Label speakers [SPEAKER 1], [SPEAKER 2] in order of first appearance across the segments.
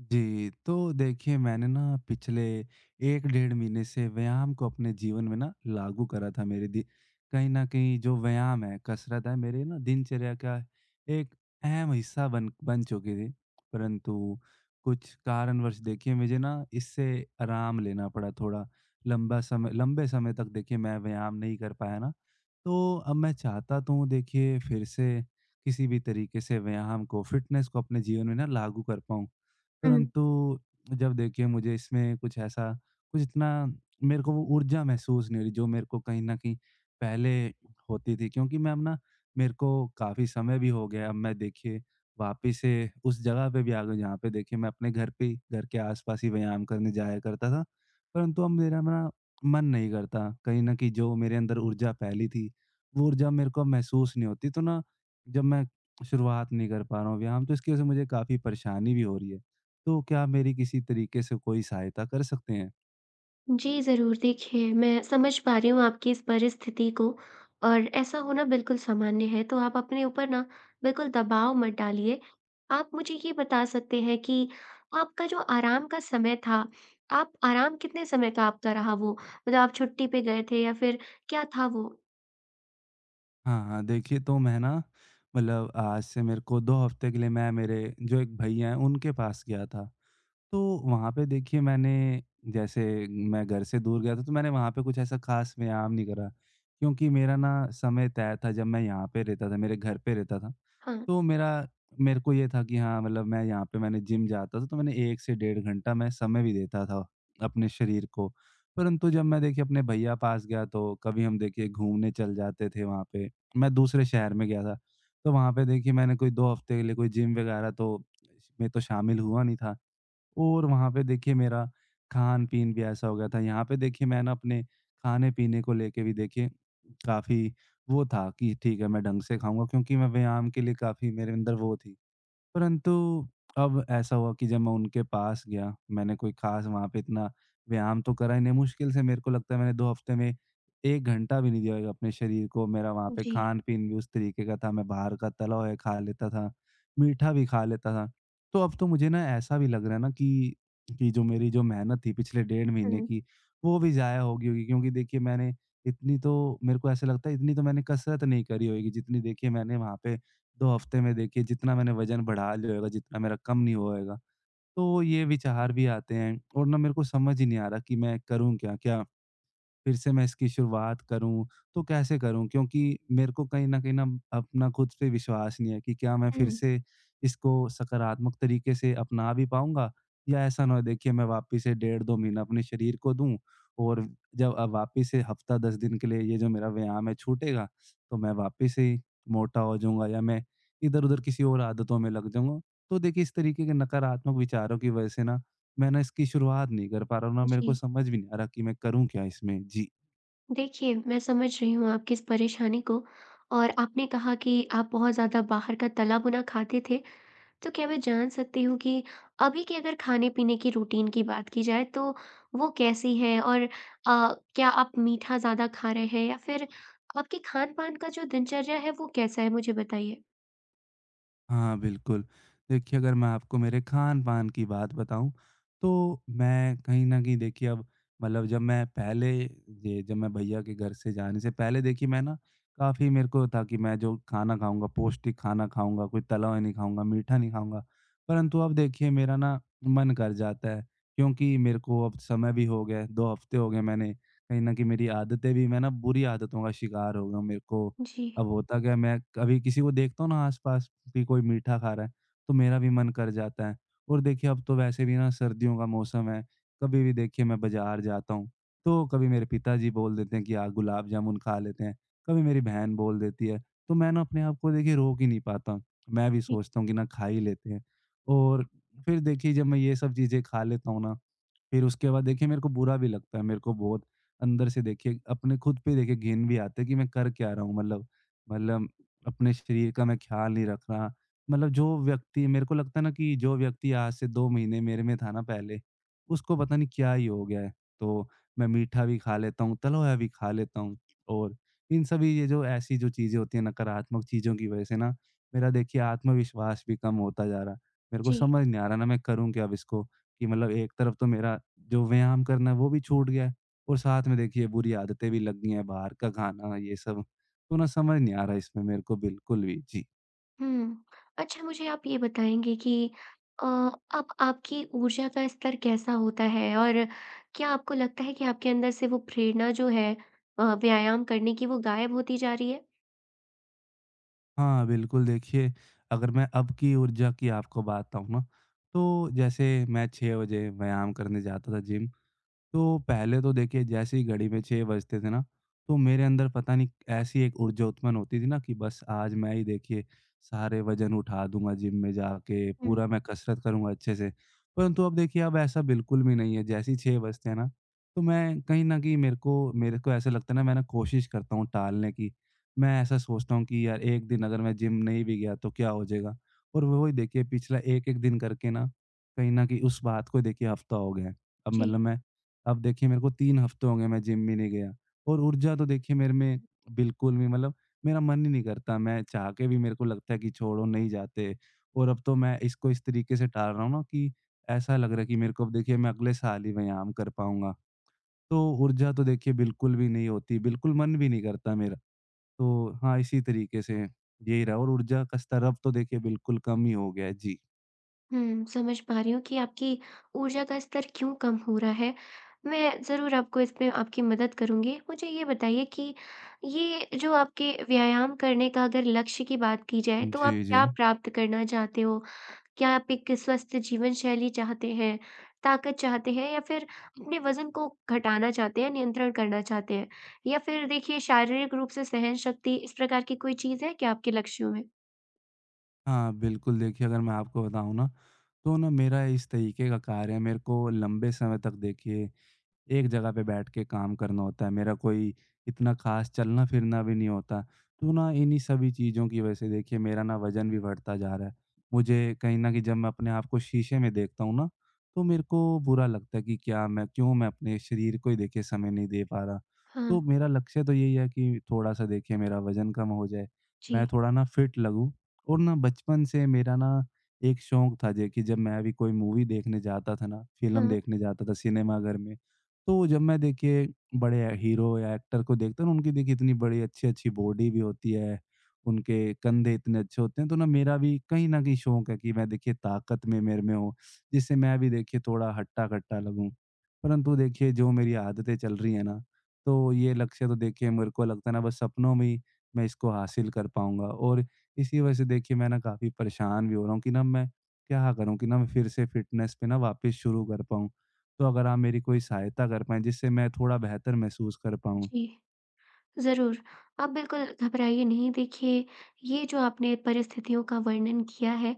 [SPEAKER 1] जी, तो देखिए मैंने ना पिछले 1 डेढ़ महीने से व्यायाम को अपने जीवन में ना लागू करा था मेरे दि कहीं न कहीं जो व्यायाम है, कसरत है मेरे ना दिनचर्या का एक अहम हिस्सा बन बन चुकी थी। परंतु कुछ कारणवश देखिए मुझे ना इससे आराम लेना पड़ा। थोड़ा लंबा समय लंबे समय तक देखिए मैं व्यायाम नहीं कर पाया ना। तो अब मैं चाहता तो हूँ देखिए फिर से किसी भी तरीके से व्यायाम को, फ़िटनेस को अपने जीवन में ना लागू कर पाऊँ।
[SPEAKER 2] हुँ।
[SPEAKER 1] परंतु जब देखिए मुझे इसमें कुछ इतना, मेरे को वो ऊर्जा महसूस नहीं हो रही जो मेरे को कहीं न कहीं पहले होती थी, क्योंकि मैं अब ना, मेरे को काफ़ी समय भी हो गया। अब मैं देखिए वापिस से उस जगह पे भी आ गया जहाँ पे देखिए मैं अपने घर पे ही, घर के आस-पास ही व्यायाम करने जाया करता था। परंतु अब मेरा ना मन नहीं करता। कहीं न कहीं जो मेरे अंदर ऊर्जा पहले थी, वो ऊर्जा मेरे को अब महसूस नहीं होती, तो ना, जब मैं शुरुआत नहीं कर पा रहा हूँ व्यायाम, तो इसकी वज़ह से मुझे काफ़ी परेशानी भी हो रही है। तो क्या आप मेरी किसी तरीके से कोई सहायता कर सकते हैं?
[SPEAKER 2] जी, ज़रूर। देखिए, मैं समझ पा रही हूँ आपकी इस परिस्थिति को और ऐसा होना बिल्कुल सामान्य है, तो आप अपने ऊपर ना बिल्कुल दबाव मत डालिए। आप मुझे ये बता सकते हैं कि आपका जो आराम का समय था, आप आराम कितने समय का आपका रहा वो? मतलब आप छुट्टी पे गए थे या फिर क्या था वो?
[SPEAKER 1] हाँ, हाँ, देखिए तो मैं ना, मतलब आज से मेरे को 2 हफ्ते के लिए, मैं मेरे जो एक भैया हैं उनके पास गया था। तो वहाँ पे देखिए मैंने, जैसे मैं घर से दूर गया था तो मैंने वहाँ पे कुछ ऐसा ख़ास व्यायाम नहीं करा, क्योंकि मेरा ना समय तय था जब मैं यहाँ पे रहता था, मेरे घर पे रहता था।
[SPEAKER 2] हाँ।
[SPEAKER 1] तो मेरा मेरे को ये था कि हाँ, मतलब मैं यहाँ पे, मैंने जिम जाता था तो मैंने 1 से डेढ़ घंटा मैं समय भी देता था अपने शरीर को। परंतु जब मैं देखिए अपने भैया पास गया तो कभी हम देखिए घूमने चल जाते थे वहाँ पे। मैं दूसरे शहर में गया था, तो वहाँ पे देखिए मैंने कोई 2 हफ्ते के लिए कोई जिम वगैरह तो में तो शामिल हुआ नहीं था। और वहाँ पे देखिए मेरा खान-पीन भी ऐसा हो गया था। यहाँ पे देखिए मैं ना अपने खाने-पीने को लेके भी देखिए काफ़ी, वो था कि ठीक है, मैं ढंग से खाऊँगा, क्योंकि मैं व्यायाम के लिए काफ़ी, मेरे अंदर वो थी। परंतु अब ऐसा हुआ कि जब मैं उनके पास गया, मैंने कोई ख़ास वहाँ पे इतना व्यायाम तो करा ही नहीं। मुश्किल से मेरे को लगता है मैंने 2 हफ़्ते में 1 घंटा भी नहीं दिया होगा अपने शरीर को। मेरा वहाँ पे
[SPEAKER 2] जी।
[SPEAKER 1] खान-पीन भी उस तरीके का था, मैं बाहर का तला हुआ खा लेता था, मीठा भी खा लेता था। तो अब तो मुझे ना ऐसा भी लग रहा है ना, कि जो मेरी, जो मेहनत थी पिछले डेढ़ महीने
[SPEAKER 2] हुँ,
[SPEAKER 1] की, वो भी ज़ाया हो गई होगी, क्योंकि देखिए मैंने इतनी तो, मेरे को ऐसा लगता है इतनी तो मैंने कसरत नहीं करी होगी, जितनी देखिए मैंने वहाँ पे 2 हफ्ते में, देखिए जितना मैंने वज़न बढ़ा लिया होगा, जितना मेरा कम नहीं होएगा। तो ये विचार भी आते हैं, और ना मेरे को समझ ही नहीं आ रहा कि मैं करूँ क्या? क्या फिर से मैं इसकी शुरुआत करूँ, तो कैसे करूँ? क्योंकि मेरे को कहीं न कहीं ना अपना खुद पे विश्वास नहीं है कि क्या मैं फिर
[SPEAKER 2] हुँ।
[SPEAKER 1] से इसको सकारात्मक तरीके से अपना भी पाऊँगा, या ऐसा ना हो देखिए मैं वापस से डेढ़ 2 महीना अपने शरीर को दूँ, और जब वापस से हफ़्ता 10 दिन के लिए ये जो मेरा व्यायाम है छूटेगा, तो मैं वापस से ही मोटा हो जाऊँगा, या मैं इधर-उधर किसी और आदतों में लग जाऊँगा। तो देखिए इस तरीके के नकारात्मक विचारों की वजह से ना, मैं ना इसकी शुरुआत नहीं कर पा रहा हूँ, ना मेरे को
[SPEAKER 2] जी।
[SPEAKER 1] समझ भी नहीं आ रहा कि मैं करूँ क्या इसमें? जी।
[SPEAKER 2] देखिए, मैं समझ रही हूँ आपकी इस परेशानी को और आपने कहा कि आप बहुत ज़्यादा बाहर का तला-भुना खाते थे तो क्या मैं जान सकती हूँ कि अभी के अगर खाने-पीने की रूटीन की बात की जाए तो वो कैसी है? क्या आप मीठा ज़्यादा खा रहे हैं या फिर आपके खान-पान का जो दिनचर्या है वो कैसा है? मुझे बताइए।
[SPEAKER 1] हाँ, बिल्कुल। देखिए, अगर मैं आपको मेरे खान-पान की बात बताऊँ, तो मैं कहीं न कहीं देखिए अब, मतलब जब मैं पहले, ये जब मैं भैया के घर से जाने से पहले देखिए मैं ना, काफ़ी मेरे को था कि मैं जो खाना खाऊँगा, पौष्टिक खाना खाऊँगा, कोई तला हुआ नहीं खाऊँगा, मीठा नहीं खाऊँगा। परंतु अब देखिए मेरा ना मन कर जाता है, क्योंकि मेरे को अब समय भी हो गया है, 2 हफ़्ते हो गए, मैंने कहीं न कहीं मेरी आदतें भी, मैं ना बुरी आदतों का शिकार हो गया हूँ। मेरे को
[SPEAKER 2] जी,
[SPEAKER 1] अब होता क्या है, मैं कभी किसी को देखता हूँ ना आस-पास कि कोई मीठा खा रहा है, तो मेरा भी मन कर जाता है। और देखिए अब तो वैसे भी ना सर्दियों का मौसम है, कभी भी देखिए मैं बाज़ार जाता हूँ, तो कभी मेरे पिताजी बोल देते हैं कि आ गुलाब जामुन खा लेते हैं, कभी मेरी बहन बोल देती है, तो मैं ना अपने आप को देखिए रोक ही नहीं पाता। मैं भी
[SPEAKER 2] जी।
[SPEAKER 1] सोचता हूँ कि ना खा ही लेते हैं। और फिर देखिए जब मैं ये सब चीज़ें खा लेता हूँ ना, फिर उसके बाद देखिए मेरे को बुरा भी लगता है। मेरे को बहुत अंदर से देखिए अपने खुद पे देखिए घिन भी आती है कि मैं कर क्या रहा हूँ, मतलब अपने शरीर का मैं ख़्याल नहीं रख रहा। मतलब जो व्यक्ति मेरे को लगता है ना, कि जो व्यक्ति आज से 2 महीने मेरे में था ना पहले, उसको पता नहीं क्या ही हो गया है। तो मैं मीठा भी खा लेता हूँ, तला हुआ भी खा लेता हूँ, और इन सभी, ये जो ऐसी जो चीज़ें होती हैं, नकारात्मक चीज़ों की वज़ह से ना, मेरा देखिए आत्मविश्वास भी कम होता जा रहा है। मेरे को
[SPEAKER 2] जी।
[SPEAKER 1] समझ नहीं आ रहा ना मैं करूँ क्या अब इसको? कि मतलब एक तरफ तो मेरा जो व्यायाम करना है वो भी छूट गया है, और साथ में देखिए बुरी आदतें भी लग गई हैं, बाहर का खाना ये सब। तो ना समझ नहीं आ रहा इसमें मेरे को बिल्कुल भी। जी।
[SPEAKER 2] हुँ। अच्छा मुझे आप ये बताएँगे कि अ, अब आपकी ऊर्जा का स्तर कैसा होता है? और क्या आपको लगता है कि आपके अंदर से वो प्रेरणा जो है व्यायाम करने की वो गायब होती जा रही है?
[SPEAKER 1] हाँ, बिल्कुल देखिए, अगर मैं अब की ऊर्जा की आपको बात बताऊँ ना, तो जैसे मैं 6 बजे व्यायाम करने जाता था जिम। तो पहले तो देखिए जैसे ही घड़ी में 6 बजते थे ना, तो मेरे अंदर पता नहीं ऐसी एक ऊर्जा उत्पन्न होती थी ना, कि बस आज मैं ही देखिए सारे वज़न उठा दूँगा जिम में जाके,
[SPEAKER 2] हुँ,
[SPEAKER 1] पूरा मैं कसरत करूँगा अच्छे से। परंतु अब देखिए अब ऐसा बिल्कुल भी नहीं है। जैसे ही 6 बजते हैं ना, तो मैं कहीं न कहीं मेरे को ऐसा लगता है ना, मैं ना कोशिश करता हूँ टालने की। मैं ऐसा सोचता हूँ कि यार 1 दिन अगर मैं जिम नहीं भी गया तो क्या हो जाएगा? और वो वही देखिए पिछला 1-1 दिन करके ना, कहीं न कहीं उस बात को देखिए हफ़्ता हो गया है। अब
[SPEAKER 2] जी।
[SPEAKER 1] मतलब मैं, अब देखिए मेरे को 3 हफ्ते हो गए मैं जिम भी नहीं गया, और ऊर्जा तो देखिए मेरे में बिल्कुल भी, मतलब मेरा मन ही नहीं करता। मैं चाह के भी, मेरे को लगता है कि छोड़ो नहीं जाते। और अब तो मैं इसको इस तरीके से टाल रहा हूँ ना, कि ऐसा लग रहा है कि मेरे को अब देखिए मैं अगले साल ही व्यायाम कर पाऊँगा। तो ऊर्जा तो देखिए बिल्कुल भी नहीं होती, बिल्कुल मन भी नहीं करता मेरा। तो हाँ, इसी तरीके से यही रहा, और ऊर्जा का स्तर अब तो देखिए बिल्कुल कम ही हो गया है। जी।
[SPEAKER 2] हुँ, समझ पा रही हूँ कि आपकी ऊर्जा का स्तर क्यों कम हो रहा है। मैं ज़रूर आपको इसमें आपकी मदद करूँगी। मुझे ये बताइए कि ये जो आपके व्यायाम करने का अगर लक्ष्य की बात की जाए तो
[SPEAKER 1] जी,
[SPEAKER 2] आप क्या
[SPEAKER 1] जी।
[SPEAKER 2] प्राप्त करना चाहते हो? क्या आप एक स्वस्थ जीवन शैली चाहते हैं, ताकत चाहते हैं या फिर अपने वज़न को घटाना चाहते हैं, नियंत्रण करना चाहते हैं? या फिर देखिए शारीरिक रूप से सहनशक्ति इस प्रकार की कोई चीज़ है क्या आपके लक्ष्यों में?
[SPEAKER 1] हाँ, बिल्कुल देखिए, अगर मैं आपको बताऊँ ना, तो ना मेरा इस तरीके का कार्य है, मेरे को लंबे समय तक देखिए एक जगह पे बैठ के काम करना होता है। मेरा कोई इतना खास चलना फिरना भी नहीं होता, तो ना इन्हीं सभी चीज़ों की वजह से देखिए मेरा ना वजन भी बढ़ता जा रहा है। मुझे कहीं ना कहीं जब मैं अपने आप को शीशे में देखता हूँ ना, तो मेरे को बुरा लगता है कि क्या मैं क्यों मैं अपने शरीर को ही देखे समय नहीं दे पा रहा।
[SPEAKER 2] हाँ,
[SPEAKER 1] तो मेरा लक्ष्य तो यही है कि थोड़ा सा देखिए मेरा वजन कम हो जाए, मैं
[SPEAKER 2] जी।
[SPEAKER 1] थोड़ा ना फिट लगूं। और ना बचपन से मेरा ना एक शौक था जे, कि जब मैं भी कोई मूवी देखने जाता था ना, फिल्म
[SPEAKER 2] हाँ,
[SPEAKER 1] देखने जाता था सिनेमा घर में, तो जब मैं देखिए बड़े या हीरो या एक्टर को देखता हूँ ना, उनकी देखिए इतनी बड़ी अच्छी-अच्छी बॉडी भी होती है, उनके कंधे इतने अच्छे होते हैं, तो ना मेरा भी कहीं न कहीं शौक है कि मैं देखिए ताकत में मेरे में हो, जिससे मैं भी देखिए थोड़ा हट्टा-कट्टा लगूँ। परंतु देखिए जो मेरी आदतें चल रही हैं ना, तो ये लक्ष्य तो देखिए मेरे को लगता है ना बस सपनों में ही मैं इसको हासिल कर पाऊँगा, और इसी वजह से देखिए मैं ना काफ़ी परेशान भी हो रहा हूँ कि ना मैं क्या करूँ, कि ना मैं फिर से फ़िटनेस पे ना वापस शुरू कर पाऊँ। तो अगर आप मेरी कोई सहायता कर पाएँ जिससे मैं थोड़ा बेहतर महसूस कर पाऊँ।
[SPEAKER 2] जी। ज़रूर, आप बिल्कुल घबराइए नहीं। देखिए, ये जो आपने परिस्थितियों का वर्णन किया है,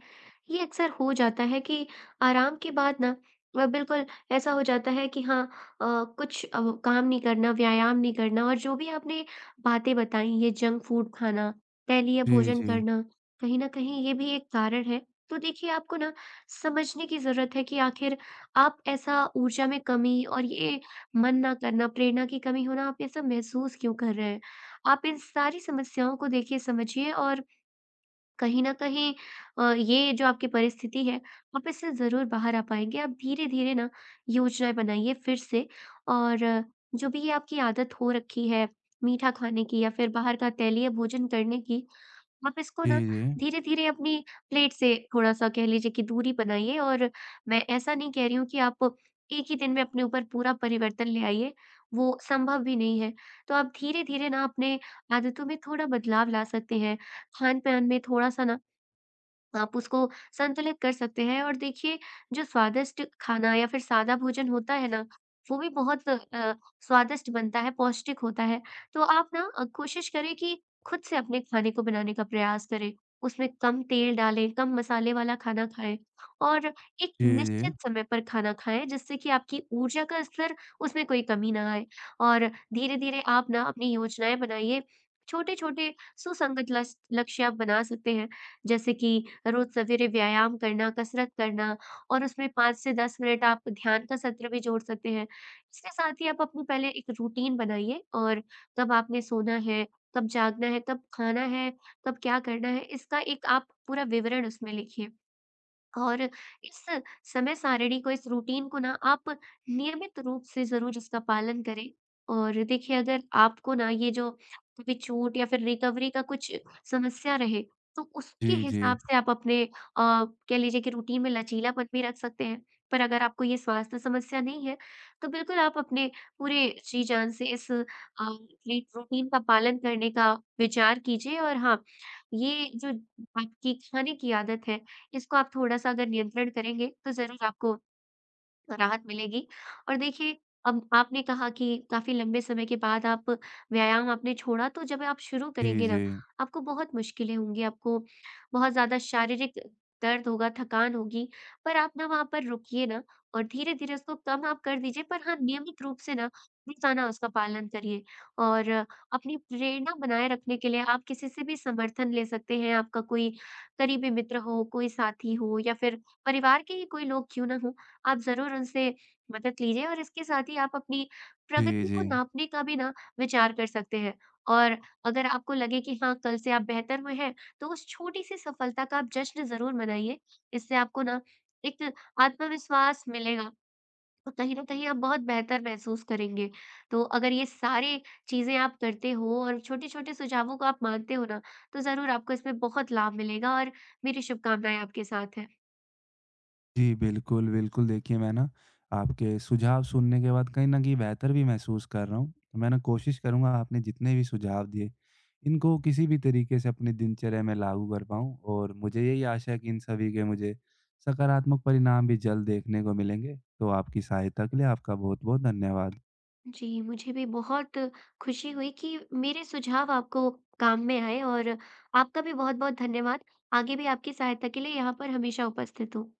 [SPEAKER 2] ये अक्सर हो जाता है कि आराम के बाद ना बिल्कुल ऐसा हो जाता है कि हाँ कुछ काम नहीं करना, व्यायाम नहीं करना और जो भी आपने बातें बताई, ये जंक फूड खाना, तैलीय
[SPEAKER 1] जी,
[SPEAKER 2] भोजन
[SPEAKER 1] जी।
[SPEAKER 2] करना, कहीं न कहीं ये भी एक कारण है। तो देखिए, आपको ना समझने की ज़रूरत है कि आखिर आप ऐसा ऊर्जा में कमी और ये मन ना करना, प्रेरणा की कमी होना, आप ये सब महसूस क्यों कर रहे हैं? आप इन सारी समस्याओं को देखिए समझिए और कहीं न कहीं ये जो आपकी परिस्थिति है, आप इससे ज़रूर बाहर आ पाएँगे। आप धीरे-धीरे ना योजनाएँ बनाइए फिर से और जो भी ये आपकी आदत हो रखी है, मीठा खाने की या फिर बाहर का तैलीय भोजन करने की आप इसको
[SPEAKER 1] जी,
[SPEAKER 2] ना
[SPEAKER 1] जी।
[SPEAKER 2] धीरे-धीरे अपनी प्लेट से थोड़ा-सा कह लीजिए कि दूरी बनाइए और मैं ऐसा नहीं कह रही हूँ कि आप एक ही दिन में अपने ऊपर पूरा परिवर्तन ले आइए, वो संभव भी नहीं है। तो आप धीरे-धीरे ना अपने आदतों में थोड़ा बदलाव ला सकते हैं, खान-पान में थोड़ा-सा ना आप उसको संतुलित कर सकते हैं और देखिए जो स्वादिष्ट खाना या फिर सादा भोजन होता है ना, वो भी बहुत स्वादिष्ट बनता है, पौष्टिक होता है। तो आप ना कोशिश करें कि खुद से अपने खाने को बनाने का प्रयास करें। उसमें कम तेल डालें, कम मसाले वाला खाना खाएँ और एक
[SPEAKER 1] जी, जी।
[SPEAKER 2] निश्चित समय पर खाना खाएँ जिससे कि आपकी ऊर्जा का स्तर उसमें कोई कमी ना आए। और धीरे-धीरे आप ना अपनी योजनाएँ बनाइए, छोटे-छोटे सुसंगत लस लक्ष्य आप बना सकते हैं। जैसे कि रोज़ सवेरे व्यायाम करना, कसरत करना और उसमें 5 से 10 मिनट आप ध्यान का सत्र भी जोड़ सकते हैं। इसके साथ ही आप अपनी पहले एक रूटीन बनाइए और कब आपने सोना है, कब जागना है, कब खाना है, कब क्या करना है, इसका एक आप पूरा विवरण उसमें लिखिए। और इस समय सारिणी को, इस रूटीन को ना आप नियमित रूप से ज़रूर इसका पालन करें। और देखिए अगर आपको ना ये जो कभी छूट या फिर रिकवरी का कुछ समस्या रहे, तो उसके
[SPEAKER 1] जी, जी।
[SPEAKER 2] हिसाब से आप अपने कह लीजिए कि रूटीन में लचीलापन भी रख सकते हैं। पर अगर आपको ये स्वास्थ्य समस्या नहीं है, तो बिल्कुल आप अपने पूरे जी-जान से इस अ, री रूटीन का पालन करने का विचार कीजिए और हाँ, ये जो आपकी खाने की आदत है, इसको आप थोड़ा-सा अगर नियंत्रण करेंगे, तो ज़रूर आपको राहत मिलेगी। और देखिए अब आपने कहा कि काफ़ी लंबे समय के बाद आप व्यायाम आपने छोड़ा तो जब आप शुरू
[SPEAKER 1] जी,
[SPEAKER 2] करेंगे ना,
[SPEAKER 1] जी।
[SPEAKER 2] आपको बहुत मुश्किलें होंगी, आपको बहुत ज़्यादा शारीरिक दर्द होगा, थकान होगी। पर आप ना वहाँ पर रुकिए ना और धीरे-धीरे उसको कम आप कर दीजिए पर हाँ, नियमित रूप से ना रोज़ाना उसका पालन करिए। और अपनी प्रेरणा बनाए रखने के लिए आप किसी से भी समर्थन ले सकते हैं, आपका कोई करीबी मित्र हो, कोई साथी हो या फिर परिवार के ही कोई लोग क्यों ना हों आप ज़रूर उनसे मदद लीजिए और इसके साथ ही आप अपनी
[SPEAKER 1] जी,
[SPEAKER 2] प्रगति
[SPEAKER 1] जी।
[SPEAKER 2] को नापने का भी ना विचार कर सकते हैं। और अगर आपको लगे कि हाँ, कल से आप बेहतर हुए हैं, तो उस छोटी-सी सफलता का आप जश्न ज़रूर मनाइए। इससे आपको ना एक आत्मविश्वास मिलेगा और कहीं न कहीं आप बहुत बेहतर महसूस करेंगे। तो अगर ये सारी चीज़ें आप करते हो और छोटे-छोटे सुझावों को आप मानते हो ना, तो ज़रूर आपको इसमें बहुत लाभ मिलेगा और मेरी शुभकामनाएँ आपके साथ हैं।
[SPEAKER 1] जी, बिल्कुल, बिल्कुल देखिए मैं ना आपके सुझाव सुनने के बाद कहीं न कहीं बेहतर भी महसूस कर रहा हूँ। तो मैं ना कोशिश करूँगा आपने जितने भी सुझाव दिए, इनको किसी भी तरीके से अपनी दिनचर्या में लागू कर पाऊँ, और मुझे यही आशा है कि इन सभी के मुझे सकारात्मक परिणाम भी जल्द देखने को मिलेंगे। तो आपकी सहायता के लिए आपका बहुत-बहुत धन्यवाद।
[SPEAKER 2] जी, मुझे भी बहुत खुशी हुई कि मेरे सुझाव आपको काम में आए और आपका भी बहुत-बहुत धन्यवाद। आगे भी आपकी सहायता के लिए यहाँ पर हमेशा उपस्थित हूँ।